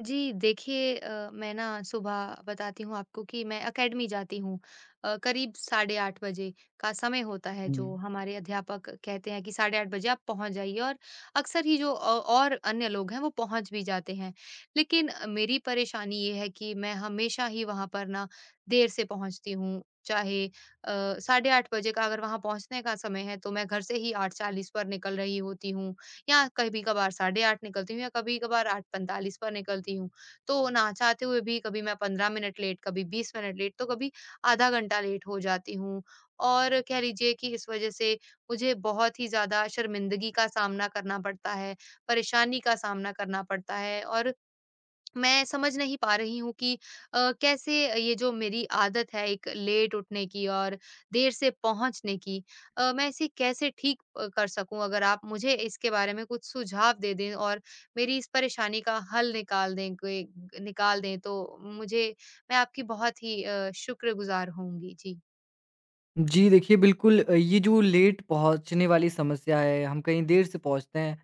जी, देखिए मैं ना सुबह बताती हूँ आपको कि मैं एकेडमी जाती हूँ करीब साढ़े 8 बजे का समय होता है हुँ। जो हमारे अध्यापक कहते हैं कि साढ़े 8 बजे आप पहुँच जाइए और अक्सर ही जो और अन्य लोग हैं वो पहुँच भी जाते हैं। लेकिन मेरी परेशानी ये है कि मैं हमेशा ही वहाँ पर ना देर से पहुँचती हूँ। चाहे साढ़े 8 बजे का अगर वहाँ पहुँचने का समय है तो मैं घर से ही 8:40 पर निकल रही होती हूँ या कभी कभार 8:30 निकलती हूँ या कभी कभार 8:45 पर निकलती हूँ। तो ना चाहते हुए भी कभी मैं 15 मिनट लेट, कभी 20 मिनट लेट, तो कभी आधा घंटा लेट हो जाती हूँ। और कह लीजिए कि इस वजह से मुझे बहुत ही ज़्यादा शर्मिंदगी का सामना करना पड़ता है, परेशानी का सामना करना पड़ता है और मैं समझ नहीं पा रही हूँ कि कैसे ये जो मेरी आदत है एक लेट उठने की और देर से पहुँचने की मैं इसे कैसे ठीक कर सकूँ? अगर आप मुझे इसके बारे में कुछ सुझाव दे दें और मेरी इस परेशानी का हल निकाल दें कोई निकाल दें तो मुझे मैं आपकी बहुत ही शुक्रगुज़ार होऊँगी। जी। जी, देखिए बिल्कुल ये जो लेट पहुँचने वाली समस्या है, हम कहीं देर से पहुँचते हैं,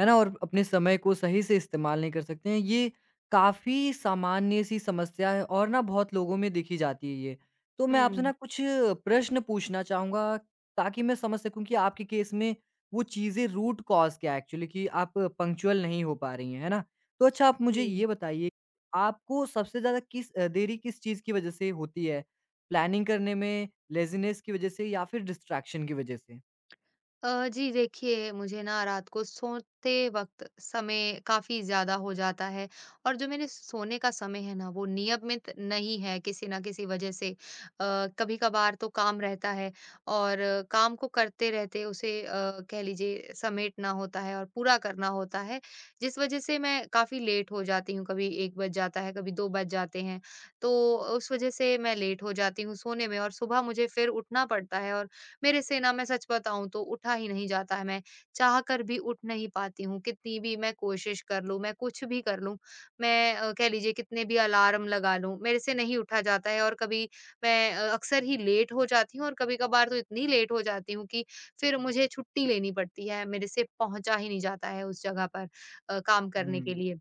है ना? और अपने समय को सही से इस्तेमाल नहीं कर सकते हैं, ये काफ़ी सामान्य-सी समस्या है और ना बहुत लोगों में देखी जाती है ये। तो मैं आपसे ना हुँ, कुछ प्रश्न पूछना चाहूँगा ताकि मैं समझ सकूँ कि आपके केस में वो चीज़ें रूट कॉज़ क्या है एक्चुअली कि आप पंक्चुअल नहीं हो पा रही हैं, है ना? तो अच्छा आप मुझे जी। ये बताइए, आपको सबसे ज़्यादा किस देरी किस चीज़ की वज़ह से होती है? प्लानिंग करने में लेज़ीनेस की वजह से या फिर डिस्ट्रैक्शन की वजह से? जी देखिए, मुझे ना रात को सोते वक़्त समय काफ़ी ज़्यादा हो जाता है और जो मेरे सोने का समय है ना, वो नियमित नहीं है किसी न किसी वजह से। कभी-कभार तो काम रहता है और काम को करते रहते उसे कह लीजिए समेटना होता है और पूरा करना होता है, जिस वजह से मैं काफ़ी लेट हो जाती हूँ। कभी 1 बज जाता है, कभी 2 बज जाते हैं। तो उस वजह से मैं लेट हो जाती हूँ सोने में और सुबह मुझे फिर उठना पड़ता है और मेरे से ना मैं सच बताऊँ तो उठा ही नहीं जाता है, मैं चाह कर भी उठ नहीं पाती हूँ, कितनी भी मैं कोशिश कर लूँ, मैं कुछ भी कर लूँ, मैं कह लीजिए कितने भी अलार्म लगा लूँ, मेरे से नहीं उठा जाता है और कभी मैं अक्सर ही लेट हो जाती हूँ और कभी-कभार तो इतनी लेट हो जाती हूँ कि फिर मुझे छुट्टी लेनी पड़ती है, मेरे से पहुँचा ही नहीं जाता है उस जगह पर काम करने के हुँ। लिए।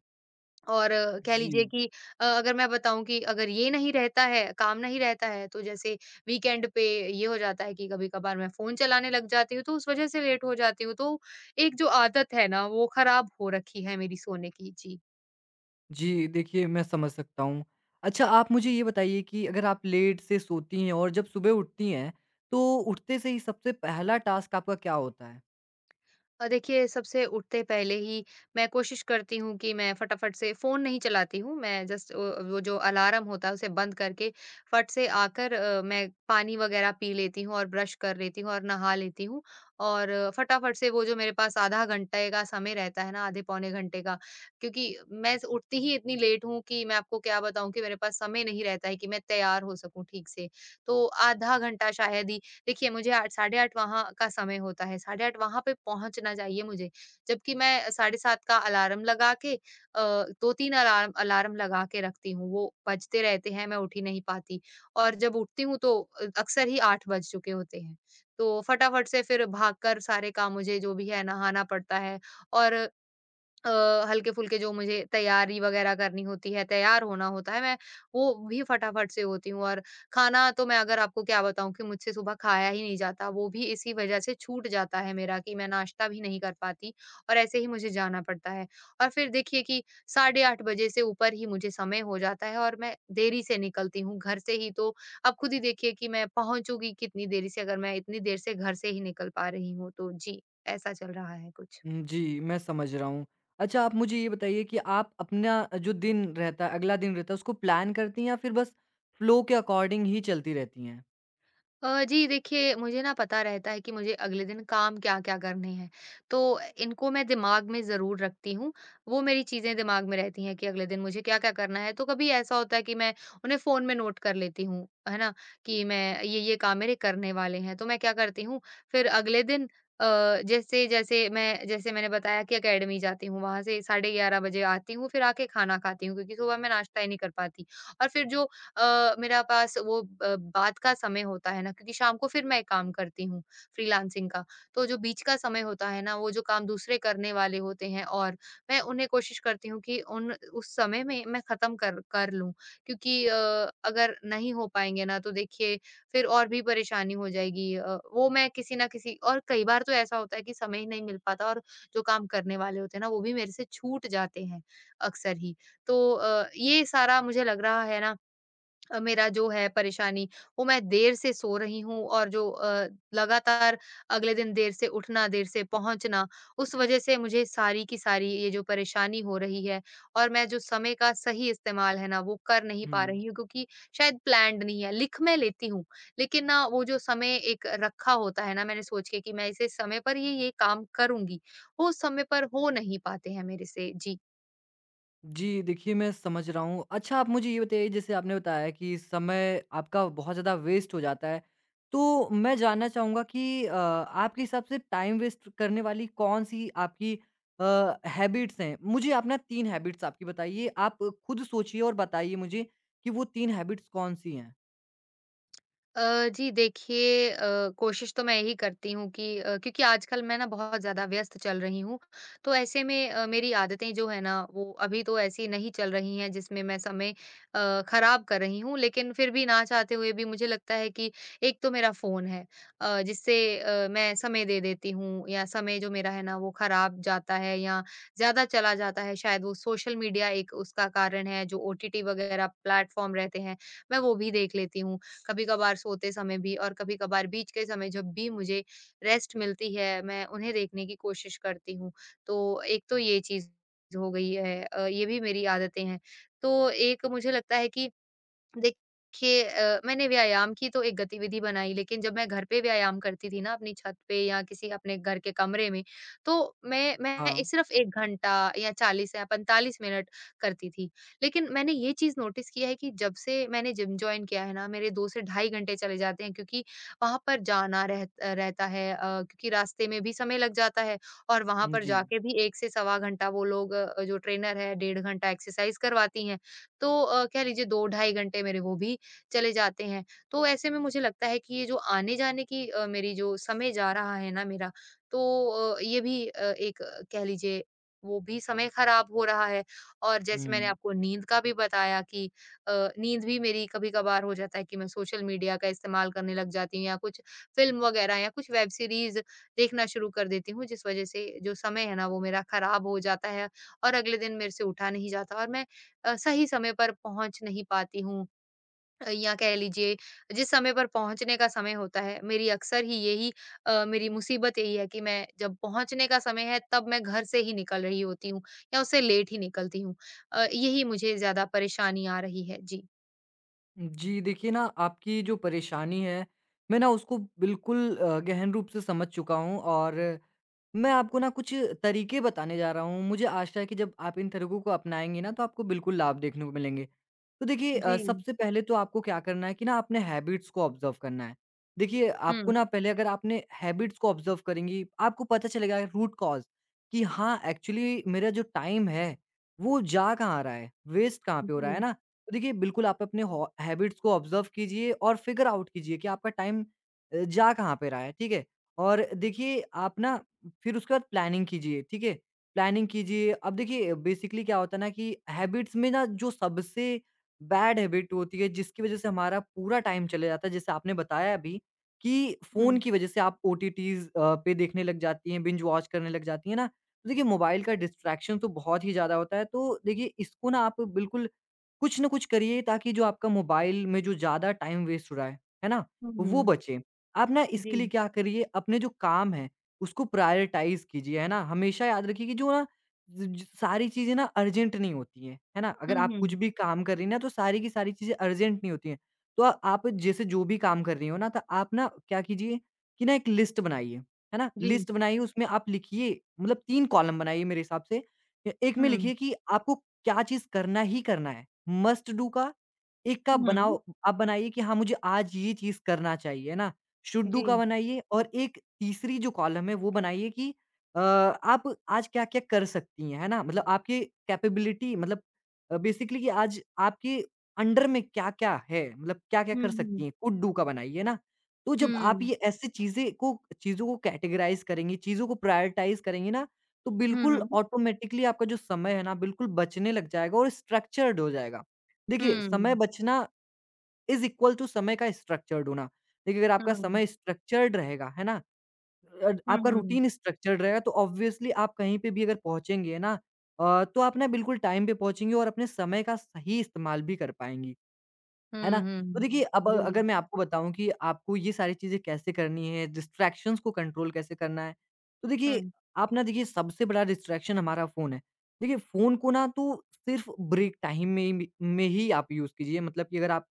और कह जी। लीजिए कि अगर मैं बताऊँ कि अगर ये नहीं रहता है, काम नहीं रहता है, तो जैसे वीकेंड पे ये हो जाता है कि कभी-कभार मैं फ़ोन चलाने लग जाती हूँ, तो उस वज़ह से लेट हो जाती हूँ। तो एक जो आदत है ना, वो खराब हो रखी है मेरी सोने की। जी। जी, देखिए मैं समझ सकता हूँ। अच्छा आप मुझे ये बताइए कि अगर आप लेट से सोती हैं और जब सुबह उठती हैं, तो उठते से ही सबसे पहला टास्क आपका क्या होता है? देखिए सबसे उठते पहले ही मैं कोशिश करती हूँ कि मैं फटाफट से फ़ोन नहीं चलाती हूँ, मैं जस्ट वो जो अलार्म होता है उसे बंद करके फट से आकर मैं पानी वग़ैरह पी लेती हूँ और ब्रश कर लेती हूँ और नहा लेती हूँ। और फटाफट से वो जो मेरे पास आधा घंटे का समय रहता है ना, आधे पौने घंटे का, क्योंकि मैं उठती ही इतनी लेट हूँ कि मैं आपको क्या बताऊँ कि मेरे पास समय नहीं रहता है कि मैं तैयार हो सकूँ ठीक से। तो आधा घंटा शायद देखिए मुझे 8 साढ़े 8 वहाँ का समय होता है, साढ़े 8 वहाँ पे पहुँचना चाहिए मुझे, जबकि मैं साढ़े 7 का अलार्म लगा के 2-3 अलार्म अलार्म लगा के रखती हूँ, वो बजते रहते हैं, मैं उठ ही नहीं पाती और जब उठती हूँ तो अक्सर ही 8 बज चुके होते हैं। तो फटाफट से फिर भागकर सारे काम मुझे जो भी है नहाना पड़ता है और अ, हल्के-फुल्के जो मुझे तैयारी वगैरह करनी होती है, तैयार होना होता है, मैं वो भी फटाफट से होती हूँ और खाना तो मैं अगर आपको क्या बताऊँ कि मुझसे सुबह खाया ही नहीं जाता, वो भी इसी वजह से छूट जाता है मेरा कि मैं नाश्ता भी नहीं कर पाती और ऐसे ही मुझे जाना पड़ता है। और फिर देखिए कि साढ़े 8 बजे से ऊपर ही मुझे समय हो जाता है और मैं देरी से निकलती हूँ घर से ही, तो अब खुद ही देखिए कि मैं पहुँचूँगी कितनी देरी से अगर मैं इतनी देर से घर से ही निकल पा रही हूँ तो। जी, ऐसा चल रहा है कुछ। जी, मैं समझ रहा हूँ। अच्छा आप मुझे ये बताइए कि आप अपना जो दिन रहता है, अगला दिन रहता है उसको प्लान करती हैं या फिर बस फ्लो के अकॉर्डिंग ही चलती रहती हैं? जी देखिए, मुझे ना पता रहता है कि मुझे अगले दिन काम क्या-क्या करने हैं, तो इनको मैं दिमाग में ज़रूर रखती हूँ। वो मेरी चीज़ें दिमाग में रहती हैं कि अगले दिन मुझे क्या-क्या करना है, तो कभी ऐसा होता है कि मैं उन्हें फ़ोन में नोट कर लेती हूँ, है ना? कि मैं ये-ये काम मेरे करने वाले हैं, तो मैं क्या करती हूँ, फिर अगले दिन अ, जैसे जैसे मैं जैसे मैंने बताया कि अकेडमी जाती हूँ, वहाँ से साढ़े 11 बजे आती हूँ, फिर आके खाना खाती हूँ क्योंकि सुबह मैं नाश्ता ही नहीं कर पाती। और फिर जो मेरा पास वो बाद का समय होता है ना क्योंकि शाम को फिर मैं एक काम करती हूँ फ्रीलांसिंग का। तो जो बीच का समय होता है ना, वो जो काम दूसरे करने वाले होते हैं और मैं उन्हें कोशिश करती हूँ कि उन उस समय में मैं ख़त्म कर कर लूँ क्योंकि अगर नहीं हो पाएँगे ना तो देखिए फिर और भी परेशानी हो जाएगी। वो मैं किसी न किसी और कई बार तो ऐसा होता है कि समय ही नहीं मिल पाता और जो काम करने वाले होते हैं ना, वो भी मेरे से छूट जाते हैं अक्सर ही। तो ये सारा मुझे लग रहा है ना मेरा जो है परेशानी वो मैं देर से सो रही हूँ और जो लगातार अगले दिन देर से उठना देर से पहुंचना उस वजह से मुझे सारी की सारी ये जो परेशानी हो रही है और मैं जो समय का सही इस्तेमाल है ना वो कर नहीं पा हुँ। रही हूँ क्योंकि शायद प्लान्ड नहीं है लिख मैं लेती हूँ लेकिन ना वो जो समय एक रखा होता है ना मैंने सोच के कि मैं इसे समय पर ही ये काम करूंगी वो समय पर हो नहीं पाते हैं मेरे से जी जी, देखिए मैं समझ रहा हूँ। अच्छा आप मुझे ये बताइए जैसे आपने बताया कि समय आपका बहुत ज़्यादा वेस्ट हो जाता है। तो मैं जानना चाहूँगा कि आपके हिसाब से टाइम वेस्ट करने वाली कौन-सी आपकी अ, हैबिट्स हैं? मुझे आप ना 3 हैबिट्स आपकी बताइए। आप खुद सोचिए और बताइए मुझे कि वो 3 हैबिट्स कौन-सी हैं? जी देखिए कोशिश तो मैं यही करती हूँ कि क्योंकि आजकल मैं ना बहुत ज़्यादा व्यस्त चल रही हूँ, तो ऐसे में मेरी आदतें जो है ना वो अभी तो ऐसी नहीं चल रही हैं जिसमें मैं समय ख़राब कर रही हूँ। लेकिन फिर भी ना चाहते हुए भी मुझे लगता है कि एक तो मेरा फ़ोन है जिससे मैं समय दे देती हूँ या समय जो मेरा है ना वो ख़राब जाता है या ज़्यादा चला जाता है। शायद वो सोशल मीडिया एक उसका कारण है, जो ओटीटी वग़ैरह प्लेटफ़ॉर्म रहते हैं, मैं वो भी देख लेती हूँ। कभी-कभार सोते समय भी और कभी-कभार बीच के समय जब भी मुझे रेस्ट मिलती है, मैं उन्हें देखने की कोशिश करती हूँ। तो एक तो ये चीज़ हो गई है ये भी मेरी आदतें हैं। तो एक मुझे लगता है कि देखिए मैंने व्यायाम की तो एक गतिविधि बनाई लेकिन जब मैं घर पे व्यायाम करती थी ना अपनी छत पे या किसी अपने घर के कमरे में, तो मैं ए हाँ। सिर्फ़ 1 घंटा या 40 या 45 मिनट करती थी। लेकिन मैंने ये चीज़ नोटिस किया है कि जब से मैंने जिम जॉइन किया है ना मेरे 2 से ढाई घंटे चले जाते हैं क्योंकि वहाँ पर जाना रह रहता है क्योंकि रास्ते में भी समय लग जाता है और वहाँ पर जी। जाके भी 1 से सवा घंटा वो लोग जो ट्रेनर है डेढ़ घंटा एक्सरसाइज़ करवाती हैं। तो कह लीजिए 2 ढाई घंटे मेरे वो भी चले जाते हैं। तो ऐसे में मुझे लगता है कि ये जो आने-जाने की मेरी जो समय जा रहा है ना मेरा, तो ये भी एक कह लीजिए वो भी समय खराब हो रहा है। और जैसे मैंने हुँ। आपको नींद का भी बताया कि अ, नींद भी मेरी कभी-कभार हो जाता है कि मैं सोशल मीडिया का इस्तेमाल करने लग जाती हूँ या कुछ फ़िल्म वगैरह या कुछ वेब सीरीज़ देखना शुरू कर देती हूँ, जिस वज़ह से जो समय है ना वो मेरा खराब हो जाता है और अगले दिन मेरे से उठा नहीं जाता और मैं सही समय पर पहुँच नहीं पाती हूँ या कह लीजिए जिस समय पर पहुँचने का समय होता है मेरी अक्सर ही यही मेरी मुसीबत यही है कि मैं जब पहुँचने का समय है तब मैं घर से ही निकल रही होती हूँ या उससे लेट ही निकलती हूँ। यही मुझे ज़्यादा परेशानी आ रही है। जी। जी, देखिए ना आपकी जो परेशानी है, मैं ना उसको बिल्कुल गहन रूप से समझ चुका हूँ और मैं आपको ना कुछ तरीके बताने जा रहा हूँ। मुझे आशा है कि जब आप इन तरीकों को अपनाएँगी ना, तो आपको बिल्कुल लाभ देखने को मिलेंगे। तो देखिए जी। सबसे पहले तो आपको क्या करना है कि ना अपने हैबिट्स को ऑब्जर्व करना है। देखिए आपको हुँ। ना पहले अगर आपने हैबिट्स को ऑब्जर्व करेंगी, आपको पता चलेगा रूट कॉज़ कि हाँ, एक्चुअली मेरा जो टाइम है, वो जा कहाँ रहा है, वेस्ट कहाँ पे हो रहा जी। है ना? तो देखिए बिल्कुल आप अपने हॉ हैबिट्स को ऑब्जर्व कीजिए और फिगर आउट कीजिए कि आपका टाइम जा कहाँ पे रहा है, ठीक है? और देखिए आप ना फिर उसके बाद प्लानिंग कीजिए, ठीक है? प्लानिंग कीजिए अब देखिए बेसिकली क्या होता है ना कि हैबिट्स में ना जो सबसे बैड हैबिट होती है जिसकी वज़ह से हमारा पूरा टाइम चले जाता है। जैसे आपने बताया अभी कि हुँ। फ़ोन की वज़ह से आप ओटीटीज़ पे देखने लग जाती हैं, बिंज वॉच करने लग जाती हैं ना। तो देखिए मोबाइल का डिस्ट्रैक्शन तो बहुत ही ज़्यादा होता है तो देखिए इसको ना आप बिल्कुल कुछ ना कुछ करिए ताकि जो आपका मोबाइल में जो ज़्यादा टाइम वेस्ट हो रहा है ना? वो हुँ। बचे। आप ना जी। इसके लिए क्या करिए अपने जो काम हैं उसको प्रायोरिटाइज़ कीजिए, है ना? हमेशा याद रखिए कि जो ना ज ज सारी चीज़ें ना अर्जेंट नहीं होती हैं, है ना? हुँ, अगर आप कुछ हुँ। भी काम कर रही हैं ना तो सारी की सारी चीज़ें अर्जेंट नहीं होती हैं। तो आप जैसे जो भी काम कर रही हो ना तो आप ना क्या कीजिए कि ना एक लिस्ट बनाइए, है ना? जी। लिस्ट बनाइए उसमें आप लिखिए मतलब 3 कॉलम बनाइए मेरे हिसाब से। ए एक में हुँ। लिखिए कि आपको क्या चीज़ करना ही करना है, मस्ट डू का एक आप हुँ। बनाओ आप बनाइए कि हाँ, मुझे आज ये चीज़ करना चाहिए, है ना? शुड डू जी। का बनाइए और एक तीसरी जो कॉलम है वो बनाइए कि आप आज क्या-क्या कर सकती हैं, है ना? मतलब आपकी कैपेबिलिटी मतलब बेसिकली कि आज आपके अंडर में क्या-क्या है, मतलब क्या-क्या हुँ, कर सकती हुँ। हैं, कुड डू का बनाइए ना। तो जब आप हुँ। ये ऐसे चीज़ें को चीज़ों को कैटेगराइज़ करेंगी, चीज़ों को प्रायोरिटाइज़ करेंगी ना, तो हुँ, बिल्कुल हुँ। ऑटोमेटिकली आपका जो समय है ना, बिल्कुल बचने लग जाएगा और स्ट्रक्चर्ड हो जाएगा। देखिए, समय हुँ। बचना इज़ इक्वल टू समय का स्ट्रक्चर्ड होना। देखिए, अगर आपका हुँ। समय स्ट्रक्चर्ड रहेगा, है ना? हुँ, आपका हुँ। रूटीन स्ट्रक्चर्ड रहेगा तो ऑब्वियसली आप कहीं पे भी अगर पहुँचेंगे ना तो आप ना बिल्कुल टाइम पे पहुँचेंगी और अपने समय का सही इस्तेमाल भी कर पाएँगी। है ना? हुँ, हुँ, तो देखिए अब हुँ। अगर जी। मैं आपको बताऊँ कि आपको ये सारी चीज़ें कैसे करनी है, डिस्ट्रैक्शंस को कंट्रोल कैसे करना है? तो देखिए, हुँ। आप ना देखिए सबसे बड़ा डिस्ट्रैक्शन हमारा फ़ोन है। देखिए फ़ोन को ना तो सिर्फ़ ब्रेक टाइम में ही आप यूज़ कीजिए मतलब कि अगर आप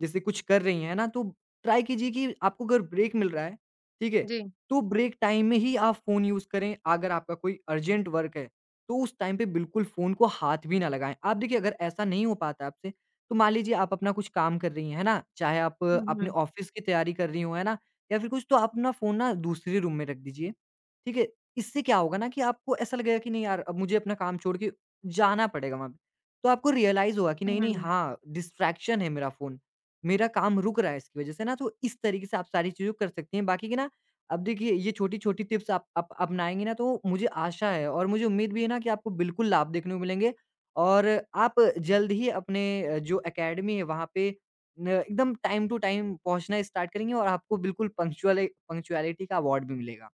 जैसे कुछ कर रही हैं ना तो ट्राई कीजिए कि आपको अगर ब्रेक मिल रहा है, ठीक है? जी। तो ब्रेक टाइम में ही आप फ़ोन यूज़ करें। अगर आपका कोई अर्जेंट वर्क है, तो उस टाइम पे बिल्कुल फ़ोन को हाथ भी ना लगाएँ। आप देखिए अगर ऐसा नहीं हो पाता आपसे तो मान लीजिए आप अपना कुछ काम कर रही हैं, है ना? चाहे आप हुँ, अपने हुँ। ऑफ़िस की तैयारी कर रही हो, है ना? या फिर कुछ तो आप अपना फ़ोन ना दूसरे रूम में रख दीजिए, ठीक है? इससे क्या होगा ना कि आपको ऐसा लगेगा कि नहीं यार अब मुझे अपना काम छोड़ के जाना पड़ेगा वहाँ पे। तो आपको रियलाइज़ होगा कि नहीं, नहीं हुँ। हाँ, डिस्ट्रैक्शन है मेरा फ़ोन, मेरा काम रुक रहा है इसकी वज़ह से ना तो इस तरीके से आप सारी चीज़ें कर सकती हैं। बाकी की ना अब देखिए ये छोटी-छोटी टिप्स आप अपनाएँगी ना तो मुझे आशा है और मुझे उम्मीद भी है ना कि आपको बिल्कुल लाभ देखने को मिलेंगे और आप जल्द ही अपने जो एकेडमी है वहाँ पे न एकदम टाइम टू टाइम पहुँचना स्टार्ट करेंगे और आपको बिल्कुल पंक्चुअलिटी का अवार्ड भी मिलेगा।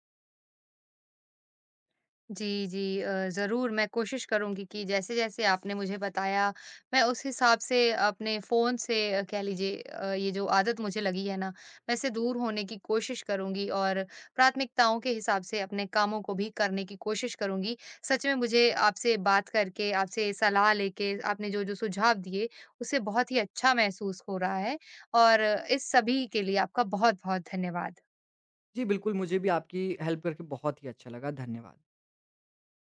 जी, जी ज़रूर मैं कोशिश करूँगी कि जैसे-जैसे आपने मुझे बताया, मैं उस हिसाब से अपने फ़ोन से कह लीजिए ये जो आदत मुझे लगी है ना, मैं इससे दूर होने की कोशिश करूँगी और प्राथमिकताओं के हिसाब से अपने कामों को भी करने की कोशिश करूँगी। सच में मुझे आपसे बात करके, आपसे सलाह लेके, आपने जो-जो सुझाव दिए, उससे बहुत ही अच्छा महसूस हो रहा है और इस सभी के लिए आपका बहुत-बहुत धन्यवाद। जी, बिल्कुल मुझे भी आपकी हेल्प करके बहुत ही अच्छा लगा। धन्यवाद।